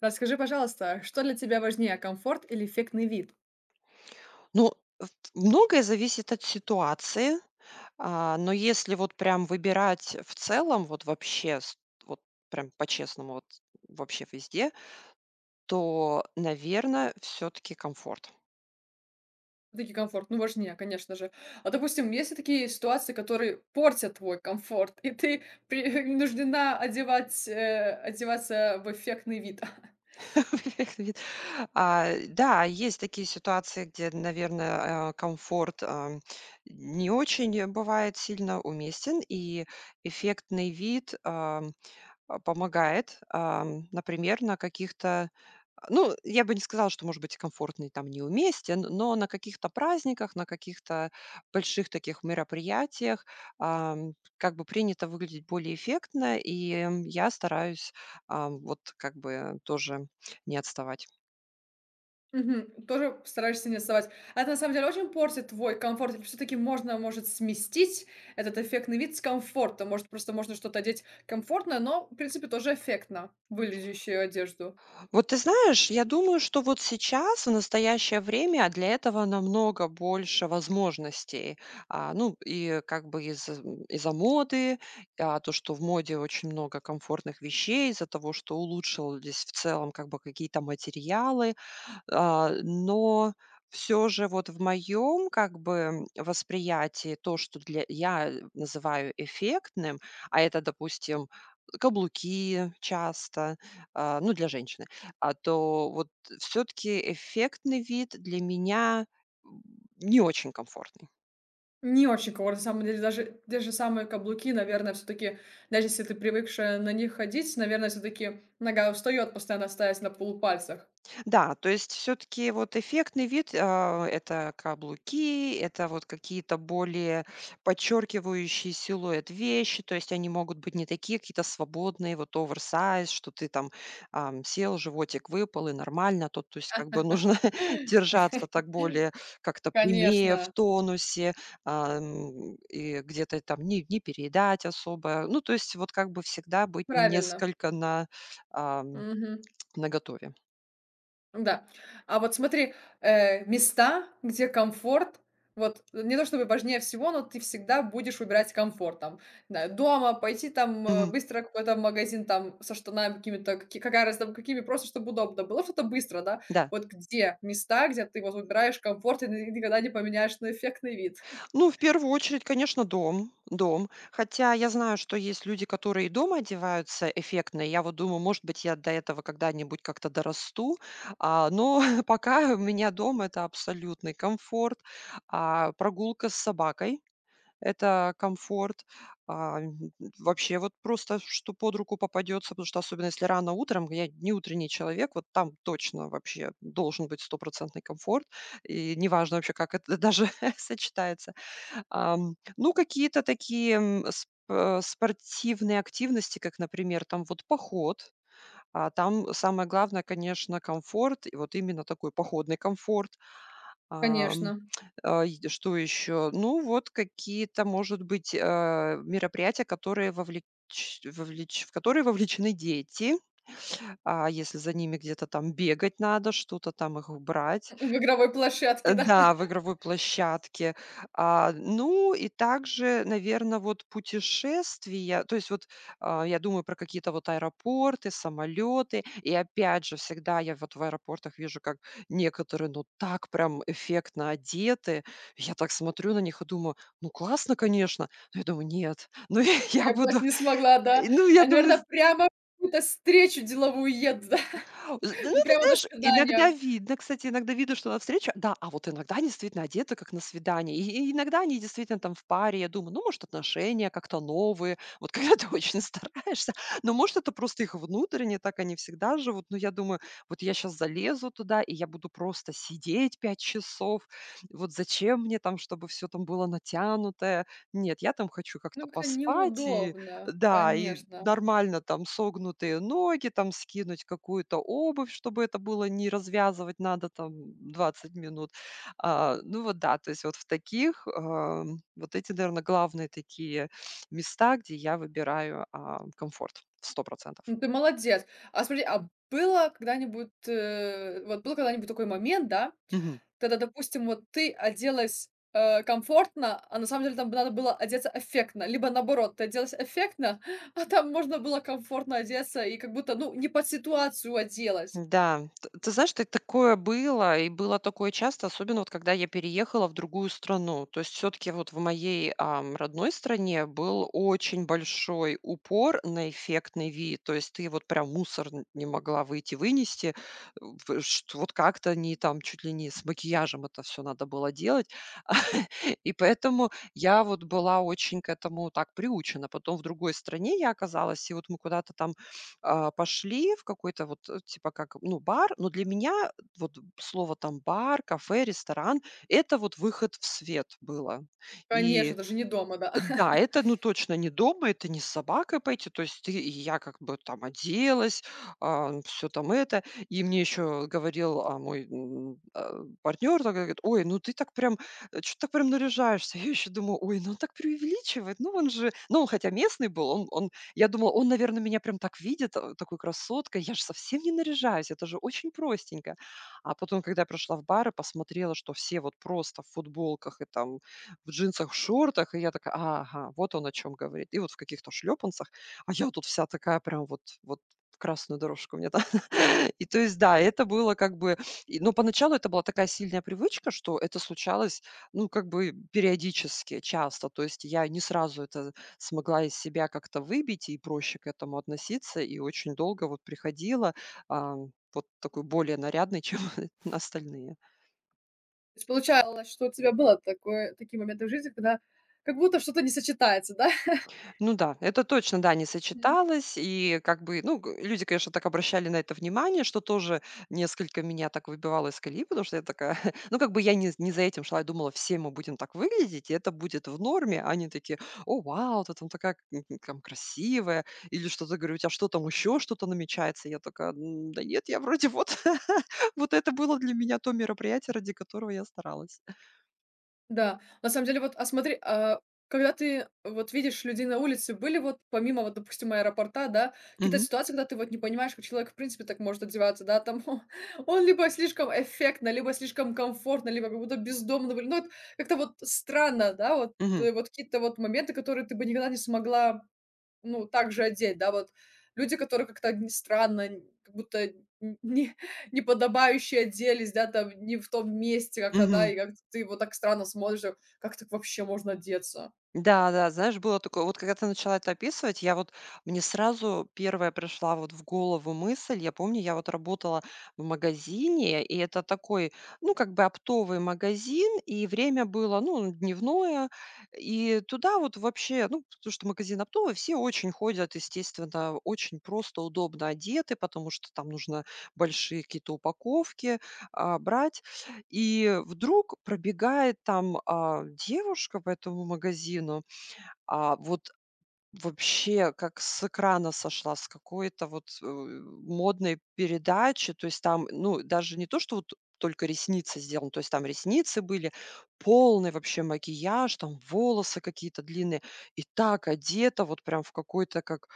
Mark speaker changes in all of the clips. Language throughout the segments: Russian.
Speaker 1: Расскажи, пожалуйста, что для тебя важнее, комфорт или эффектный вид?
Speaker 2: Ну, в многое зависит от ситуации, но если вот прям выбирать в целом, вот вообще, вот прям по-честному, вот вообще везде, то, наверное, все-таки комфорт.
Speaker 1: Все таки комфорт, ну, важнее, конечно же. А, допустим, есть ли такие ситуации, которые портят твой комфорт, и ты принуждена одевать, одеваться в эффектный вид?
Speaker 2: Вид. Да, есть такие ситуации, где, наверное, комфорт не очень бывает сильно уместен, и эффектный вид помогает, например, на каких-то Ну, я бы не сказала, что, может быть, комфортный там неуместен, но на каких-то праздниках, на каких-то больших таких мероприятиях, как бы принято выглядеть более эффектно, и я стараюсь, вот как бы тоже не отставать.
Speaker 1: Мгм. Тоже стараешься не отставать. А это на самом деле очень портит твой комфорт, все таки можно, может, сместить этот эффектный вид с комфорта? Может, просто можно что-то одеть комфортное, но, в принципе, тоже эффектно выглядящую одежду?
Speaker 2: Вот ты знаешь, я думаю, что вот сейчас, в настоящее время, для этого намного больше возможностей. Ну, и как бы из-за моды, то, что в моде очень много комфортных вещей, из-за того, что улучшились в целом как бы какие-то материалы, но все же вот в моем как бы восприятии то, что для я называю эффектным, это, допустим, каблуки часто, ну, для женщины, то вот все таки эффектный вид для меня, м, не очень комфортный.
Speaker 1: Не очень комфортно, на самом деле. Даже те же самые каблуки, наверное, все таки даже если ты привыкшая на них ходить, наверное, все таки нога устает постоянно стоять на полупальцах.
Speaker 2: Да, то есть все таки вот эффектный вид, это каблуки, это вот какие-то более подчеркивающие силуэт вещи, то есть они могут быть не такие какие-то свободные, вот оверсайз, что ты там, сел, животик выпал и нормально. Тут, то есть как бы нужно держаться так более как-то прямее, в
Speaker 1: Конечно,
Speaker 2: тонусе, и где-то там не переедать особо. Ну, то есть вот как бы всегда быть
Speaker 1: правильно.
Speaker 2: несколько ам,
Speaker 1: Мгм.
Speaker 2: наготове.
Speaker 1: Да. А вот смотри, места, где комфорт, вот не то чтобы важнее всего, но ты всегда будешь выбирать комфорт. Там, не знаю, дома пойти там
Speaker 2: Мгм.
Speaker 1: быстро какой-то магазин там со штанами какими-то, какая раз там какими, просто чтобы удобно было, что-то быстро, да?
Speaker 2: Да.
Speaker 1: Вот где места, где ты вот выбираешь комфорт и никогда не поменяешь на эффектный вид?
Speaker 2: Ну, в первую очередь, конечно, дом, дом. Хотя я знаю, что есть люди, которые и дома одеваются эффектно. И я вот думаю, может быть, я до этого когда-нибудь как-то дорасту. Но пока у меня дом это абсолютный комфорт. Прогулка с собакой это комфорт. А, м, Вообще вот просто, что под руку попадется, потому что особенно если рано утром, я не утренний человек, вот там точно вообще должен быть стопроцентный комфорт. И неважно вообще, как это даже сочетается. Ну, какие-то такие, спортивные активности, как, например, там вот поход. А там самое главное, конечно, комфорт, и вот именно такой походный комфорт. Ам,
Speaker 1: Конечно.
Speaker 2: и что еще? Ну, вот какие-то, может быть, мероприятия, которые вовлеч вовлеч в которые вовлечены дети. А если за ними где-то там бегать надо, что-то там их брать.
Speaker 1: В игровой площадке, да.
Speaker 2: Да, в игровой площадке. Ну и также, наверное, вот путешествия, то есть вот, я думаю про какие-то вот аэропорты, самолеты. И опять же, всегда я вот в аэропортах вижу, как некоторые, ну, так прям эффектно одеты. Я так смотрю на них и думаю: «Ну, классно, конечно». Но я думаю: «Нет, ну я
Speaker 1: Я бы так
Speaker 2: буду».
Speaker 1: не смогла, да.
Speaker 2: Ну, я
Speaker 1: А,
Speaker 2: думаю
Speaker 1: наверное, прямо в какую-то встречу деловую еду, да.
Speaker 2: З Ну,
Speaker 1: Ну,
Speaker 2: ты
Speaker 1: прямо до
Speaker 2: знаешь, иногда
Speaker 1: свидания.
Speaker 2: видно, кстати, иногда видно, что на встречу да, а вот иногда они действительно одеты, как на свидание. И иногда они действительно там в паре. Я думаю, ну, может, отношения как-то новые. Вот когда ты очень стараешься, но, может, это просто их внутренне, так они всегда живут. Но я думаю, вот я сейчас залезу туда, и я буду просто сидеть 5 часов. Вот зачем мне там, чтобы все там было натянутое? Нет, я там хочу как-то
Speaker 1: Ну, как-то
Speaker 2: поспать и
Speaker 1: неудобно,
Speaker 2: да, и
Speaker 1: конечно.
Speaker 2: нормально там согнутые ноги, там скинуть какую-то обувь, чтобы это было не развязывать надо там 20 минут. Ну вот да, то есть вот в таких, вот эти, наверное, главные такие места, где я выбираю, комфорт в 100%.
Speaker 1: Ну, ты молодец. А смотри, а было когда-нибудь, вот был когда-нибудь такой момент, да, когда, допустим, вот ты оделась, комфортно, а на самом деле там надо было одеться эффектно, либо наоборот, ты оделась эффектно, а там можно было комфортно одеться и как будто, ну, не под ситуацию оделась.
Speaker 2: Да, т ты знаешь, ты такое было, и было такое часто, особенно вот когда я переехала в другую страну. То есть все таки вот в моей, родной стране был очень большой упор на эффектный вид. То есть ты вот прям мусор н не могла выйти вынести, в шт вот как-то не там чуть ли не с макияжем это все надо было делать. И поэтому я вот была очень к этому так приучена. Потом в другой стране я оказалась, и вот мы куда-то там пошли в какой-то вот, типа как, ну, бар. Но для меня вот слово там бар, кафе, ресторан- это вот выход в свет было. И
Speaker 1: Конечно, даже не дома, да.
Speaker 2: да, это, ну, точно не дома, это не с собакой пойти. То есть ты и я как бы там оделась, все там это. И мне еще говорил, мой, партнер, такой говорит: «Ой, ну ты так прям, что то так прям наряжаешься». Я еще думаю: «Ой, ну он так преувеличивает». Ну, он хотя местный был, он я думала, он, наверное, меня прям так видит, такой красоткой. Я же совсем не наряжаюсь, это же очень простенько. А потом, когда я пришла в бар и посмотрела, что все вот просто в футболках и там в джинсах, в шортах. И я такая: «Ага, вот он о чем говорит». И вот в каких-то шлепанцах, а я тут вся такая прям вот в красную дорожку мне там. И то есть, да, это было как бы но поначалу это была такая сильная привычка, что это случалось, ну, как бы периодически, часто. То есть я не сразу это смогла из себя как-то выбить и проще к этому относиться, и очень долго вот приходила, а, вот такой более нарядной, чем остальные.
Speaker 1: То есть получалось, что у тебя было такое такие моменты в жизни, когда как будто что-то не сочетается, да?
Speaker 2: Ну да, это точно, да, не
Speaker 1: Мгм.
Speaker 2: сочеталось. И как бы, ну, люди, конечно, так обращали на это внимание, что тоже несколько меня так выбивало из колеи, потому что я такая, ну, как бы я не за этим шла, я думала, все мы будем так выглядеть, и это будет в норме. Они такие, о, вау, ты там такая там красивая, или что-то, говорю, у тебя что там еще что-то намечается? Я такая: Да нет, я вроде вот, вот это было для меня то мероприятие, ради которого я старалась».
Speaker 1: Да, на самом деле, вот, а смотри, а когда ты вот видишь людей на улице, были вот помимо вот, допустим, аэропорта, да, какие-то
Speaker 2: Мгм,
Speaker 1: ситуации, когда ты вот не понимаешь, как человек в принципе так может одеваться, да, там он либо слишком эффектно, либо слишком комфортно, либо как будто бездомно, ну, вот как-то вот странно, да, вот,
Speaker 2: мгм,
Speaker 1: вот какие-то вот моменты, которые ты бы никогда не смогла. Ну, также одеть, да, вот. Люди, которые как-то н странно, н как будто н не неподобающе оделись, да, там не в том месте как-то, да,
Speaker 2: мгм.
Speaker 1: и как ты его так странно смотришь, как так вообще можно одеться?
Speaker 2: Да, да, знаешь, было такое, вот когда ты начала это описывать, я вот, мне сразу первая пришла вот в голову мысль, я помню, я вот работала в магазине, и это такой, ну, как бы оптовый магазин, и время было, ну, дневное, и туда вот вообще, ну, потому что магазин оптовый, все очень ходят, естественно, очень просто, удобно одеты, потому что там нужно большие какие-то упаковки брать, и вдруг пробегает там девушка по этому магазину, а вот вообще, как с экрана сошла, с какой-то вот, модной передачи. То есть там, ну, даже не то, что вот только ресницы сделаны, то есть там ресницы были, полный вообще макияж, там волосы какие-то длинные, и так одета вот прям в какой-то как,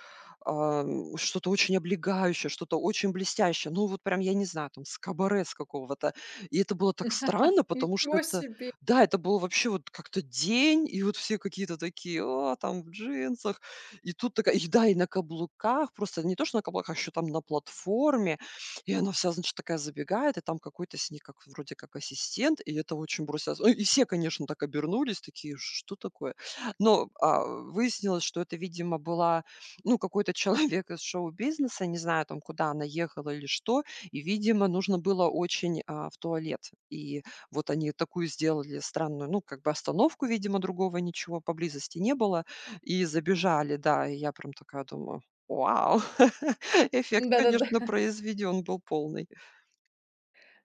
Speaker 2: что-то очень облегающее, что-то очень блестящее. Ну, вот прям, я не знаю, там с кабаре с какого-то. И это было так странно, потому что
Speaker 1: Ничего себе!
Speaker 2: да, это был вообще вот как-то день, и вот все какие-то такие: «О, там в джинсах». И тут такая да, и на каблуках, просто не то, что на каблуках, еще там на платформе. И она вся, значит, такая забегает, и там какой-то с ней как вроде как ассистент, и это очень бросилось. Ну, и все, конечно, так обернулись, такие: «Что такое?» Но, выяснилось, что это, видимо, была, ну, какой-то человек из шоу-бизнеса, не знаю там, куда она ехала или что, и, видимо, нужно было очень, в туалет. И вот они такую сделали странную, ну, как бы остановку, видимо, другого ничего поблизости не было. И забежали, да. И я прям такая думаю: «Вау!» Эффект,
Speaker 1: Да-да-да.
Speaker 2: конечно, произведен был полный.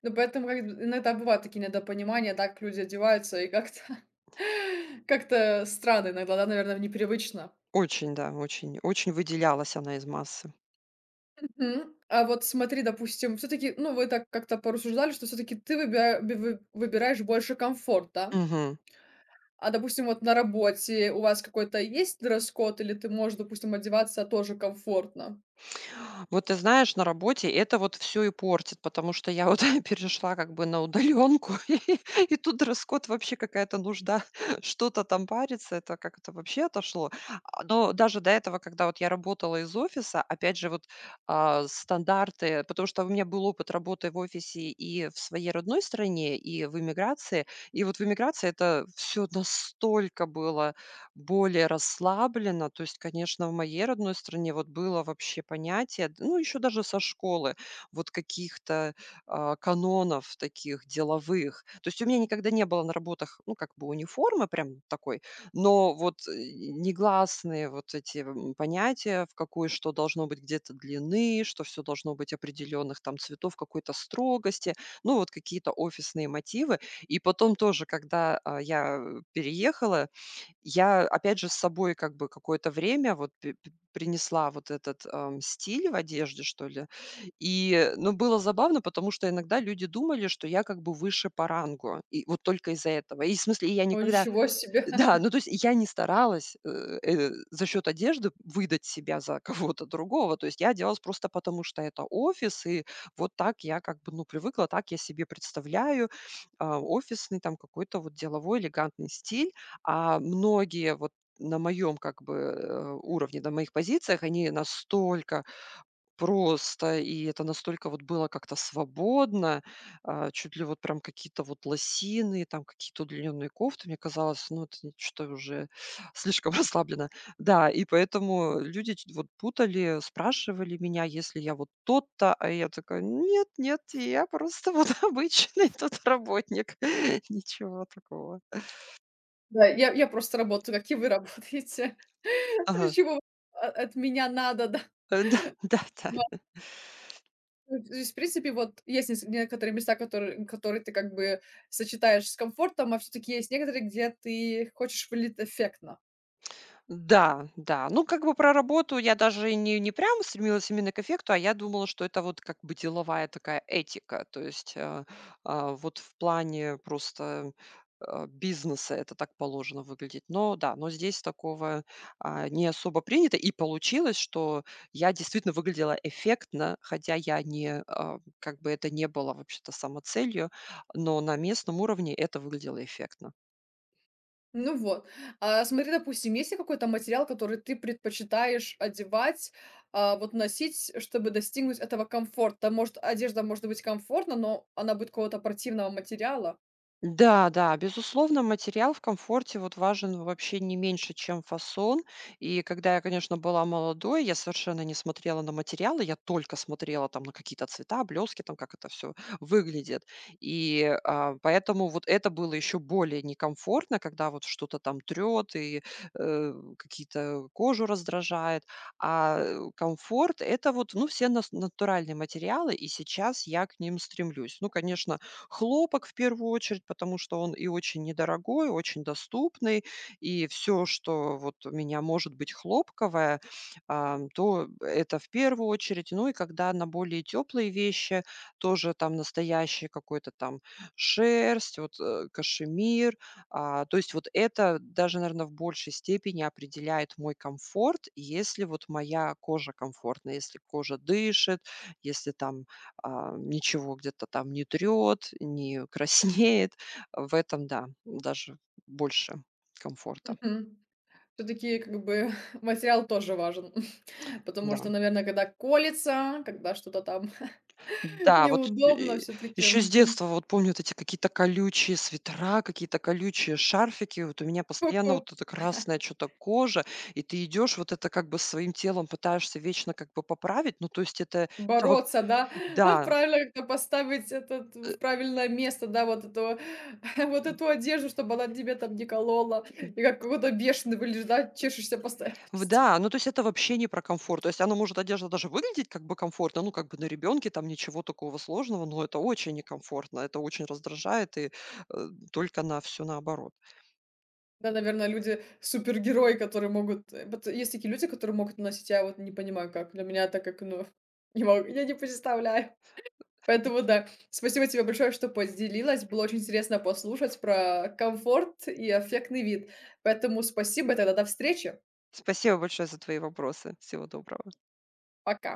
Speaker 1: Ну, поэтому как бы иногда бывают такие недопонимания, так люди одеваются и как-то как-то странно иногда, да, наверное, непривычно.
Speaker 2: Очень, да, очень выделялась она из массы.
Speaker 1: Мгм. А вот смотри, допустим, все таки ну, вы так как-то порассуждали, что все таки ты выбира вы выбираешь больше комфорт, да?
Speaker 2: Мгм.
Speaker 1: А, допустим, вот на работе у вас какой-то есть дресс-код, или ты можешь, допустим, одеваться тоже комфортно?
Speaker 2: Вот ты знаешь, на работе это вот все и портит, потому что я вот перешла как бы на удаленку, и тут дресс-код вообще какая-то нужда что-то там париться, это как-то вообще отошло. Но даже до этого, когда вот я работала из офиса, опять же, вот, стандарты, потому что у меня был опыт работы в офисе и в своей родной стране, и в эмиграции. И вот в эмиграции это все настолько было более расслабленно. То есть, конечно, в моей родной стране вот было вообще понятие, ну, еще даже со школы, вот каких-то канонов таких деловых. То есть у меня никогда не было на работах, ну, как бы униформы прям такой, но вот негласные вот эти понятия, в какой что должно быть где-то длины, что все должно быть определенных там цветов, какой-то строгости, ну, вот какие-то офисные мотивы. И потом тоже, когда я переехала, я, опять же, с собой как бы какое-то время вот п п принесла вот этот, стиль в одежде, что ли. И, ну, было забавно, потому что иногда люди думали, что я как бы выше по рангу. И вот только из-за этого. И в смысле, я
Speaker 1: О,
Speaker 2: никогда
Speaker 1: ничего себе!
Speaker 2: да, ну, то есть я не старалась, за счет одежды выдать себя за кого-то другого. То есть я одевалась просто потому, что это офис, и вот так я как бы, ну, привыкла, так я себе представляю, офисный там какой-то вот деловой элегантный стиль. А многие вот на моем как бы уровне, на моих позициях, они настолько просто, и это настолько вот было как-то свободно, чуть ли вот прям какие-то вот лосины, там какие-то удлиненные кофты. Мне казалось, ну, это что уже слишком расслаблено. Да, и поэтому люди вот путали, спрашивали меня, если я вот тот-то, а я такая, нет, нет, я просто вот обычный тут работник. Ничего такого.
Speaker 1: Да, я просто работаю, как и вы работаете.
Speaker 2: Ага.
Speaker 1: Чего о от меня надо, да?
Speaker 2: Да, да,
Speaker 1: Да,
Speaker 2: да.
Speaker 1: то есть, в принципе, вот есть нес некоторые места, которые ты как бы сочетаешь с комфортом, а все таки есть некоторые, где ты хочешь выглядеть эффектно.
Speaker 2: Да, да. Ну, как бы про работу я даже и не прям стремилась именно к эффекту, а я думала, что это вот как бы деловая такая этика. То есть вот в плане просто бизнеса это так положено выглядеть. Но да, но здесь такого не особо принято. И получилось, что я действительно выглядела эффектно, хотя я не, как бы это не было вообще-то самоцелью, но на местном уровне это выглядело эффектно.
Speaker 1: Ну вот. А смотри, допустим, есть ли какой-то материал, который ты предпочитаешь одевать, а, вот носить, чтобы достигнуть этого комфорта? Может, одежда может быть комфортна, но она будет какого-то противного материала?
Speaker 2: Да, да, безусловно, материал в комфорте вот важен вообще не меньше, чем фасон. И когда я, конечно, была молодой, я совершенно не смотрела на материалы, я только смотрела там на какие-то цвета, блески, там как это все выглядит. И поэтому вот это было еще более некомфортно, когда вот что-то там трет и э, какие-то кожу раздражает. Комфорт это вот, ну, все натуральные материалы, и сейчас я к ним стремлюсь. Ну, конечно, хлопок в первую очередь, потому что он и очень недорогой, очень доступный, и все, что вот у меня может быть хлопковое, то это в первую очередь. Ну и когда на более теплые вещи, тоже там настоящие какой-то там шерсть, вот, кашемир. То есть вот это даже, наверное, в большей степени определяет мой комфорт. Если вот моя кожа комфортна, если кожа дышит, если там ничего где-то там не трет, не краснеет. В этом, да, даже больше комфорта.
Speaker 1: Мгм. Всё-таки, как бы, материал тоже важен, потому
Speaker 2: Да.
Speaker 1: что, наверное, когда колется, когда что-то там
Speaker 2: Да, вот,
Speaker 1: неудобно, все таки.
Speaker 2: еще с детства вот помню вот эти какие-то колючие свитера, какие-то колючие шарфики. Вот у меня постоянно вот эта красная что то кожа, и ты идешь, вот это как бы своим телом пытаешься вечно как бы поправить. Ну, то есть это вот
Speaker 1: Бороться, да?
Speaker 2: да,
Speaker 1: Правильно как-то поставить этот
Speaker 2: э,
Speaker 1: в правильное место, да, вот эту вот эту одежду, чтобы она тебе там не колола. И как какой-то бешеный выглядишь, да, чешешься постоянно
Speaker 2: В
Speaker 1: везде.
Speaker 2: да, ну, то есть это вообще не про комфорт. То есть она может, одежда, даже выглядеть как бы комфортно, ну, как бы на ребенке там ничего такого сложного, но это очень некомфортно, это очень раздражает и, только на всё наоборот.
Speaker 1: Да, наверное, люди супергерои, которые могут, вот есть такие люди, которые могут носить, я вот не понимаю как. Для меня так как, ну, не могу, я не представляю. Поэтому да, спасибо тебе большое, что поделилась. Было очень интересно послушать про комфорт и эффектный вид. Поэтому спасибо, и тогда до встречи.
Speaker 2: Спасибо большое за твои вопросы. Всего доброго.
Speaker 1: Пока.